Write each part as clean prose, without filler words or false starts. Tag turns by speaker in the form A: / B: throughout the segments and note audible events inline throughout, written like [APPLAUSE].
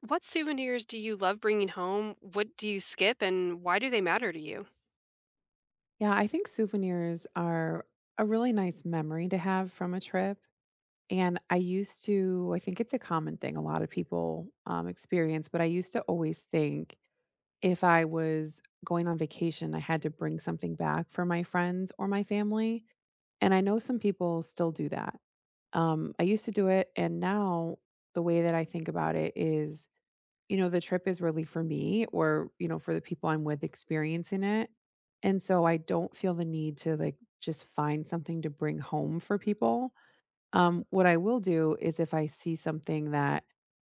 A: What souvenirs do you love bringing home? What do you skip and why do they matter to you?
B: Yeah, I think souvenirs are a really nice memory to have from a trip. And I used to, I think it's a common thing a lot of people experience, but I used to always think if I was going on vacation, I had to bring something back for my friends or my family. And I know some people still do that. I used to do it. And now the way that I think about it is you know, the trip is really for me or, you know, for the people I'm with experiencing it. And so I don't feel the need to like just find something to bring home for people. What I will do is if I see something that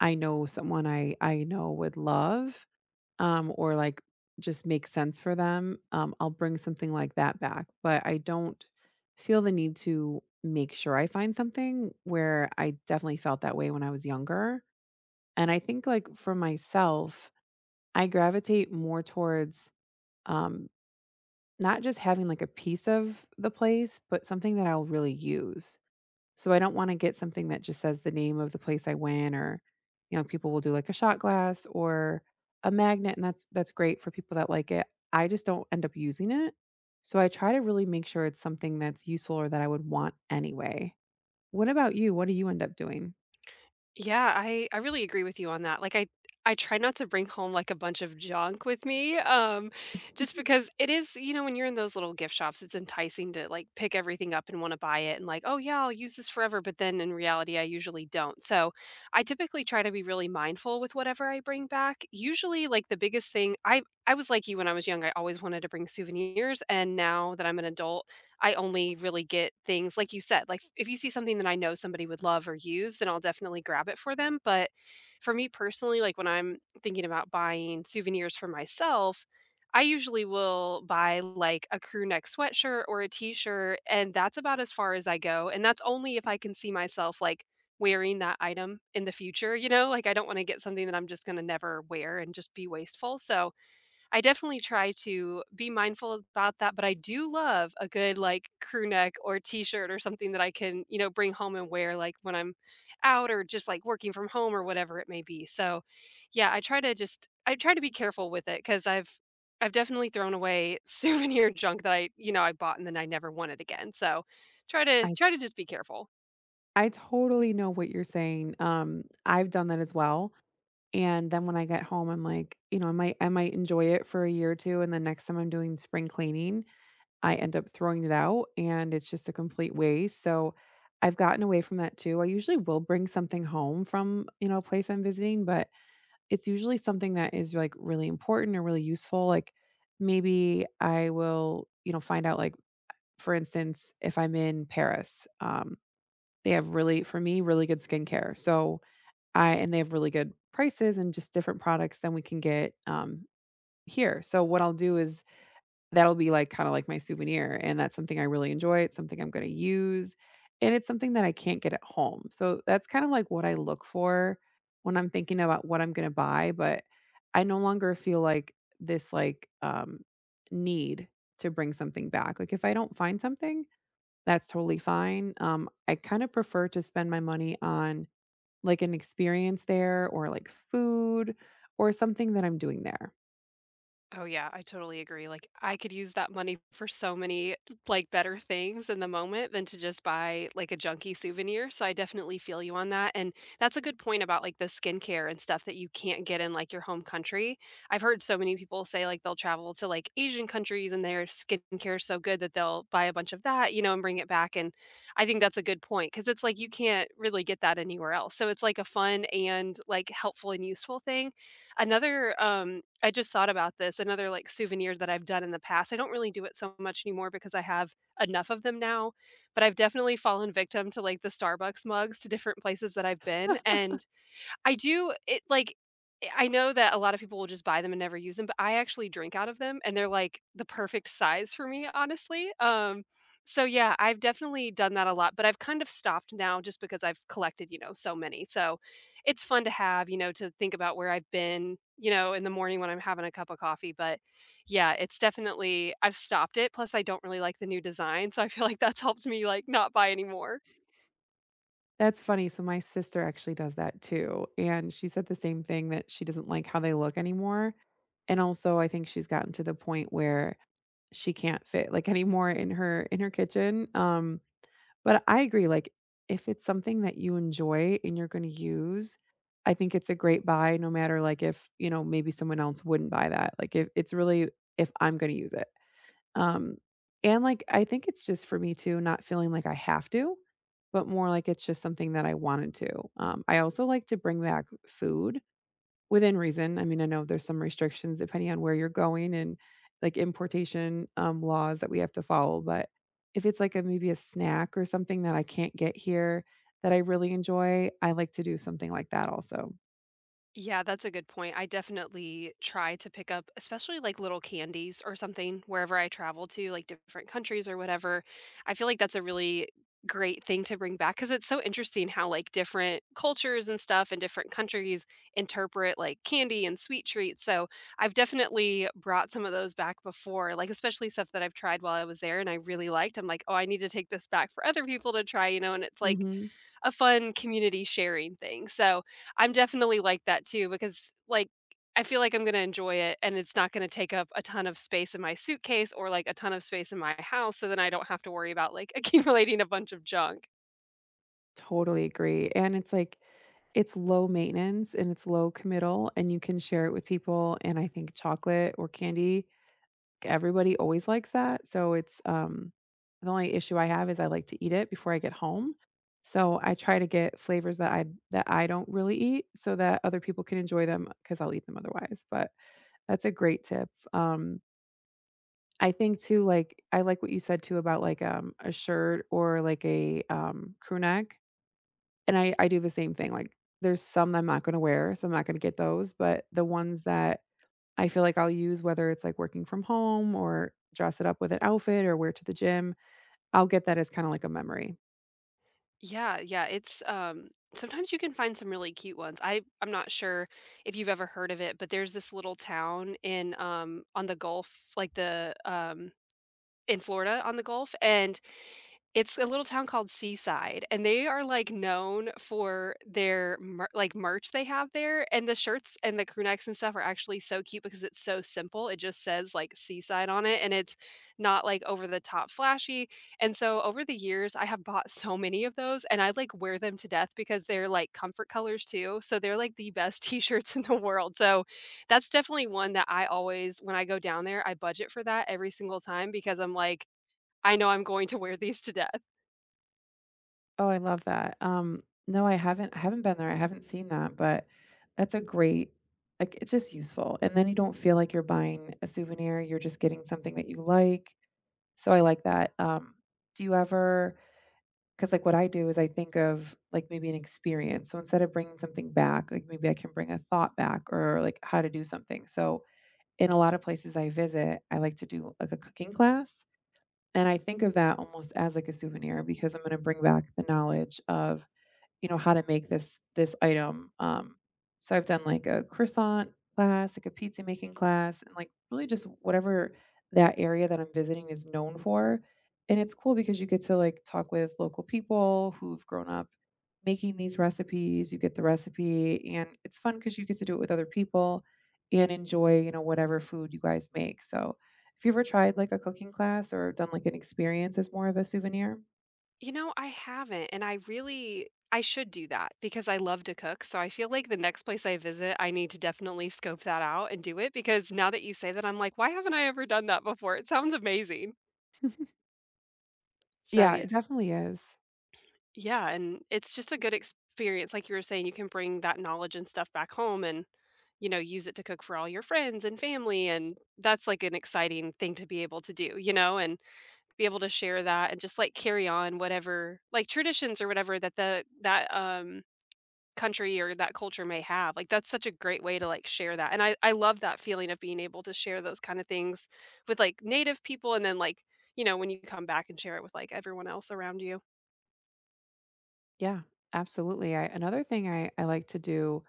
B: I know someone I know would love, or just makes sense for them, I'll bring something like that back. But I don't feel the need to make sure I find something where I definitely felt that way when I was younger. And I think like for myself, I gravitate more towards, um, not just having, like, a piece of the place, but something that I'll really use. So I don't wanna get something that just says the name of the place I went or, you know, people will do, like, a shot glass or a magnet, and that's great for people that like it. I just don't end up using it. So I try to really make sure it's something that's useful or that I would want anyway. What about you? What do you end up doing?
A: Yeah, I really agree with you on that. I try not to bring home like a bunch of junk with me just
B: [LAUGHS]
A: because it is, you know, when you're in those little gift shops, it's enticing to like pick everything up and want to buy it and like, "Oh yeah, I'll use this forever," but then in reality, I usually don't. So, I typically try to be really mindful with whatever I bring back. Usually like the biggest thing I was like you when I was young. I always wanted to bring souvenirs, and now that I'm an adult, I only really get things like you said, like, if you see something that I know somebody would love or use, then I'll definitely grab it for them, but for me personally, like, when I'm thinking about buying souvenirs for myself, I usually will buy, like, a crew neck sweatshirt or a t-shirt, and that's about as far as I go, and that's only if I can see myself, like, wearing that item in the future, you know? Like, I don't wanna get something that I'm just gonna never wear and just be wasteful, so I definitely try to be mindful about that, but I do love a good, like, crew neck or T-shirt or something that I can, you know, bring home and wear, like, when I'm out or just, like, working from home or whatever it may be. So, yeah, I try to be careful with it because I 'cause I've definitely thrown away [LAUGHS] souvenir junk that I bought and then I never wanted again, so, try to
B: I
A: try to just be careful.
B: I totally know what you're saying. I've done that as well. And then when I get home, I'm like, you know, I might enjoy it for a year or two, and then next time I'm doing spring cleaning, I end up throwing it out, and it's just a complete waste, so I've gotten away from that too. I usually will bring something home from, you know, a place I'm visiting, but it's usually something that is, like, really important or really useful, like, maybe I will, you know, find out, like, for instance, if I'm in Paris, they have really for me, really good skincare, so I and they have really good prices and just different products than we can get, here. So what I'll do is that'll be, like, kinda like my souvenir, and that's something I really enjoy, it's something I'm gonna use, and it's something that I can't get at home. So that's kind of like what I look for when I'm thinking about what I'm gonna buy, but I no longer feel like this, like, need to bring something back. Like, if I don't find something, that's totally fine. I kinda prefer to spend my money on like an experience there or like food or something that I'm doing there.
A: Oh yeah, I totally agree. Like, I could use that money for so many like better things in the moment than to just buy like a junky souvenir. So I definitely feel you on that. And that's a good point about like the skincare and stuff that you can't get in like your home country. I've heard so many people say like they'll travel to like Asian countries and their skincare is so good that they'll buy a bunch of that, you know, and bring it back. And I think that's a good point because it's like you can't really get that anywhere else. So it's like a fun and like helpful and useful thing. Another, I just thought about this, another, like, souvenir that I've done in the past, I don't really do it so much anymore because I have enough of them now, but I've definitely fallen victim to, like, the Starbucks mugs to different places that I've been, and I do it like, eh, I know that a lot of people will just buy them and never use them, but I actually drink out of them, and they're, like, the perfect size for me, honestly, so, yeah, I've definitely done that a lot, but I've kind of stopped now just because I've collected, you know, so many, so it's fun to have, you know, to think about where I've been, you know, in the morning when I'm having a cup of coffee, but, yeah, it's definitely I've stopped it, plus I don't really like the new design, so I feel like that's helped me, like, not buy anymore.
B: That's funny. So my sister actually does that too. And she said the same thing that she doesn't like how they look anymore. And also I think she's gotten to the point where she can't fit like [LAUGHS] anymore in her kitchen. But I agree, like if it's something that you enjoy and you're gonna use, I think it's a great buy no matter like if, you know, maybe someone else wouldn't buy that. Like if it's really if I'm gonna use it. Um, and, like, I think it's just for me too, not feeling like I have to, but more like it's just something that I wanted to. I also like to bring back food within reason. I mean, I know there's some restrictions depending on where you're going and, like, importation, laws that we have to follow, but if it's like a maybe a snack or something that I can't get here that I really enjoy, I like to do something like that also.
A: Yeah, that's a good point. I definitely try to pick up, especially like little candies or something wherever I travel to, like different countries or whatever. I feel like that's a really great thing to bring back because it's so interesting how like different cultures and stuff and different countries interpret like candy and sweet treats. So I've definitely brought some of those back before, like especially stuff that I've tried while I was there and I really liked. I'm like, oh, I need to take this back for other people to try, you know, and it's like
B: Mhm.
A: a fun community sharing thing. So, I'm definitely like that too because, like, I feel like I'm gonna enjoy it and it's not gonna take up a ton of space in my suitcase or, like, a ton of space in my house, so then I don't have to worry about, like, [LAUGHS] accumulating a bunch of junk.
B: Totally agree, and it's like it's low maintenance and it's low committal, and you can share it with people, and I think chocolate or candy, everybody always likes that, so it's the only issue I have is I like to eat it before I get home, so I try to get flavors that I don't really eat so that other people can enjoy them because 'cause I'll eat them otherwise, but that's a great tip, I think too, like I like what you said too about, like, a shirt or, like, a crew neck. And I do the same thing, like, there's some I'm not gonna wear, so I'm not gonna get those, but the ones that I feel like I'll use, whether it's, like, working from home or dress it up with an outfit or wear to the gym, I'll get that as kinda like a memory.
A: Yeah, yeah, it's, sometimes you can find some really cute ones. I'm not sure if you've ever heard of it, but there's this little town in, on the Gulf, like the, in Florida on the Gulf, and it's a little town called Seaside, and they are, like, known for their mer like, merch they have there, and the shirts and the crew necks and stuff are actually so cute because it's so simple, it just says, like, Seaside on it, and it's not, like, over the top flashy, and so over the years, I have bought so many of those, and I, like, wear them to death because they're, like, comfort colors too, so they're, like, the best [LAUGHS] t-shirts in the world, so that's definitely one that I always when I go down there, I budget for that every single time because I'm like, "I know I'm going to wear these to death."
B: Oh, I love that. No, I haven't been there, I haven't seen that, but that's a great like, it's just useful, and then you don't feel like you're buying a souvenir, you're just getting something that you like, so I like that. Do you ever Because like what I do is I think of like maybe an experience. So instead of bringing something back, like maybe I can bring a thought back or like how to do something. So in a lot of places I visit, I like to do like a cooking class. And I think of that almost as like a souvenir because I'm going to bring back the knowledge of you know, how to make this item. So I've done like a croissant class, like a pizza making class, and like really just whatever that area that I'm visiting is known for. And it's cool because you get to like talk with local people who've grown up making these recipes. You get the recipe, and it's fun because you get to do it with other people and enjoy, you know, whatever food you guys make. So, if you ever tried like a cooking class or done like an experience as more of a souvenir?
A: You know, I haven't, and I should do that because I love to cook, so I feel like the next place I visit, I need to definitely scope that out and do it because now that you say that, I'm like, "Why haven't I ever done that before?" It sounds amazing.
B: [LAUGHS]
A: So,
B: Yeah,
A: yeah.
B: it definitely is.
A: Yeah, and it's just a good experience, like you were saying, you can bring that knowledge and stuff back home and, you know, use it to cook for all your friends and family, and that's, like, an exciting thing to be able to do, you know, and be able to share that and just, like, carry on whatever like, traditions or whatever that the that, country or that culture may have. Like, that's such a great way to, like, share that, and I love that feeling of being able to share those kinda things with, like, native people and then, like, you know, when you come back and share it with, like, everyone else around you.
B: Yeah, absolutely. I another thing I like to do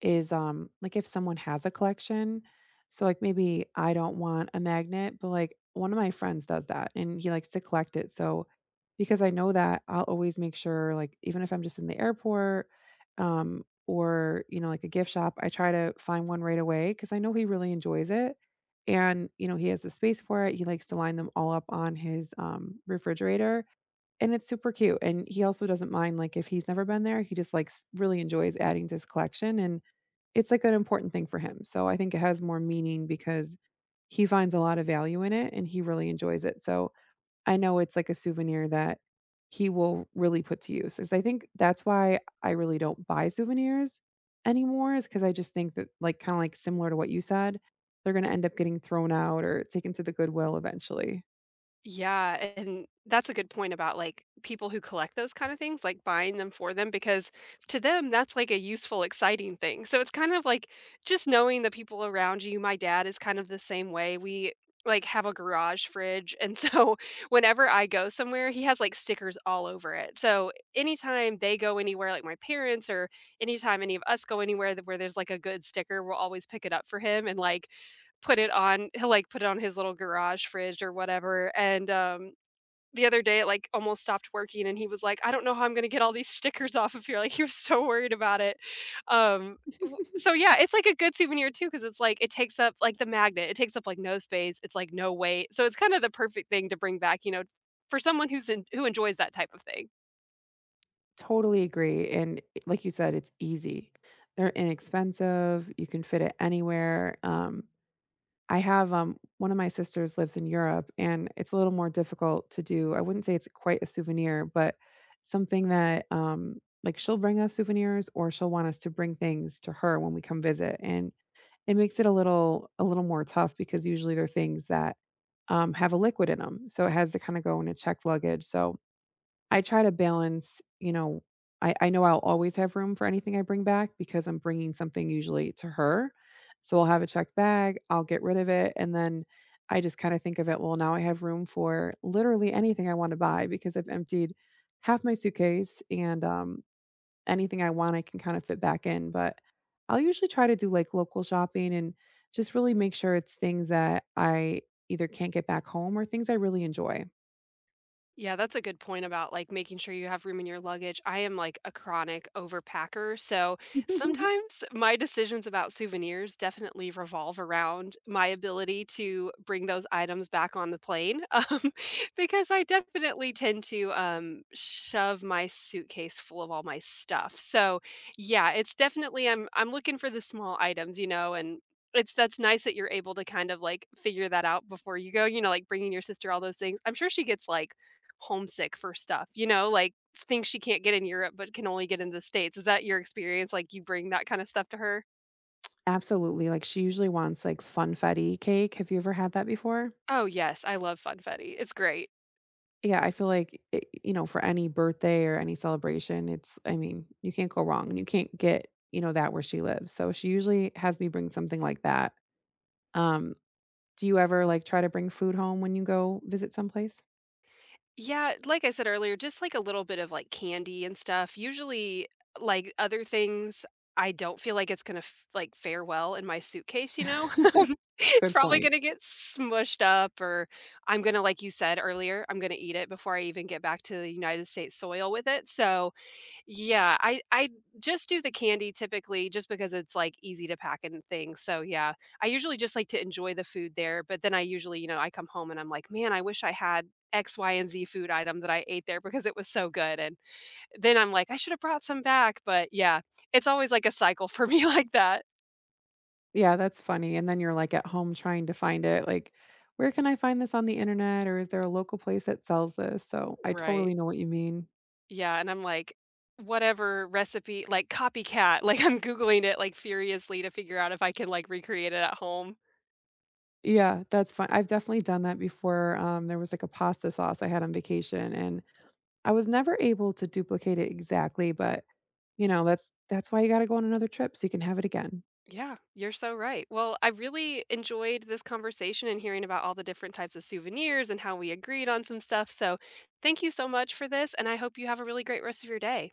B: is, like, if someone has a collection, so, like, maybe I don't want a magnet, but, like, one of my friends does that, and he likes to collect it, so because I know that, I'll always make sure, like, even if I'm just in the airport, or, you know, like, a gift shop, I try to find one right away because I know he really enjoys it, and, you know, he has the space for it, he likes to line them all up on his, refrigerator, and it's super cute, and he also doesn't mind, like, if he's never been there, he just likes really enjoys adding to his collection, and it's, like, an important thing for him, so I think it has more meaning because he finds a lot of value in it, and he really enjoys it, so I know it's, like, a souvenir that he will really put to use, is I think that's why I really don't buy souvenirs anymore Is because I just think that, like, kinda, like, similar to what you said, they're gonna end up getting thrown out or taken to the Goodwill eventually.
A: Yeah, and that's a good point about, like, people who collect those kind of things, like, buying them for them because to them, that's, like, a useful, exciting thing. So it's kind of like just knowing the people around you. My dad is kind of the same way. We, like, have a garage fridge, and so [LAUGHS] whenever I go somewhere, he has, like, stickers all over it. So anytime they go anywhere, like my parents or anytime any of us go anywhere that where there's, like, a good sticker, we'll always pick it up for him and, like, put it on he'll, like, put it on his little garage fridge or whatever, and, the other day it, like, almost stopped working, and he was like, "I don't know how I'm gonna get all these [LAUGHS] stickers off of here," like, he was so worried about it. Um, w So, yeah, it's, like, a good souvenir too, because it's, like, it takes up like, the magnet, it takes up, like, no space, it's, like, no weight, so it's kinda the perfect thing to bring back, you know, for someone who enjoys that type of thing.
B: Totally agree, and eh, like you said, it's easy. They're inexpensive, you can fit it anywhere, I have, one of my sisters lives in Europe, and it's a little more difficult to do I wouldn't say it's quite a souvenir, but something that, like, she'll bring us souvenirs or she'll want us to bring things to her when we come visit, and it makes it a little more tough because usually they're things that, have a liquid in them, so it has to kinda go in a checked luggage, so I try to balance, you know, I know I'll always have room for anything I bring back because I'm bringing something usually to her. So I'll have a checked bag, I'll get rid of it, and then I just kind of think of it, well, now I have room for literally anything I want to buy because I've emptied half my suitcase and anything I want, I can kind of fit back in. But I'll usually try to do like local shopping and just really make sure it's things that I either can't get back home or things I really enjoy.
A: Yeah, that's a good point about like making sure you have room in your luggage. I am like a chronic overpacker. So
B: [LAUGHS]
A: sometimes my decisions about souvenirs definitely revolve around my ability to bring those items back on the plane. [LAUGHS] Um, because I definitely tend to shove my suitcase full of all my stuff. So yeah, it's definitely I'm looking for the small items, you know, and it's that's nice that you're able to kind of like figure that out before you go, you know, like bringing your sister all those things. I'm sure she gets like homesick for stuff, you know, like things she can't get in Europe but can only get in the States. Is that your experience? Like you bring that kind of stuff to her?
B: Absolutely, like, she usually wants, like, funfetti cake. Have you ever had that before?
A: Oh, yes, I love funfetti. It's great.
B: Yeah, I feel like it you know, for any birthday or any celebration, it's I mean, you can't go wrong, and you can't get, you know, that where she lives, so she usually has me bring something like that. Um, do you ever, like, try to bring food home when you go visit someplace?
A: Yeah, like I said earlier, just like a little bit of like candy and stuff. Usually, like other things, I don't feel like it's gonna like fare well in my suitcase, you know? [LAUGHS]
B: [LAUGHS]
A: It's
B: Good
A: probably
B: point.
A: gonna get smushed up, or I'm gonna, like you said earlier, I'm gonna eat it before I even get back to the United States soil with it. So yeah, I just do the candy typically just because it's, like, easy to pack and things, so, yeah. I usually just like to enjoy the food there, but then I usually, you know, I come home and I'm like, "Man, I wish I had X, Y, and Z food item that I ate there because it was so good," and then I'm like, "I should have brought some back," but, yeah, it's always, like, a cycle for me [LAUGHS] like that.
B: Yeah, that's funny, and then you're, like, at home trying to find it, like, "Where can I find this on the internet?" or "Is there a local place that sells this?" So, I
A: Right.
B: totally know what you mean.
A: Yeah, and I'm like, whatever recipe like, copycat, [LAUGHS] like, I'm Googling it, like, furiously to figure out if I can, like, recreate it at home.
B: Yeah, that's fine. I've definitely done that before, there was, like, a pasta sauce I had on vacation, and I was never able to duplicate it exactly, but, you know, that's why you gotta go on another trip so you can have it again.
A: Yeah, you're so right. Well, I really enjoyed this conversation and hearing about all the different types of souvenirs and how we agreed on some stuff. So, thank you so much for this, and I hope you have a really great rest of your day.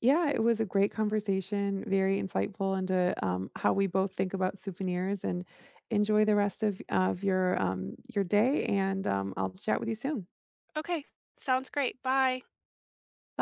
B: Yeah, it was a great conversation, very insightful into, how we both think about souvenirs, and enjoy the rest of your day, and, I'll chat with you soon.
A: Okay, sounds great. Bye.
B: Bye.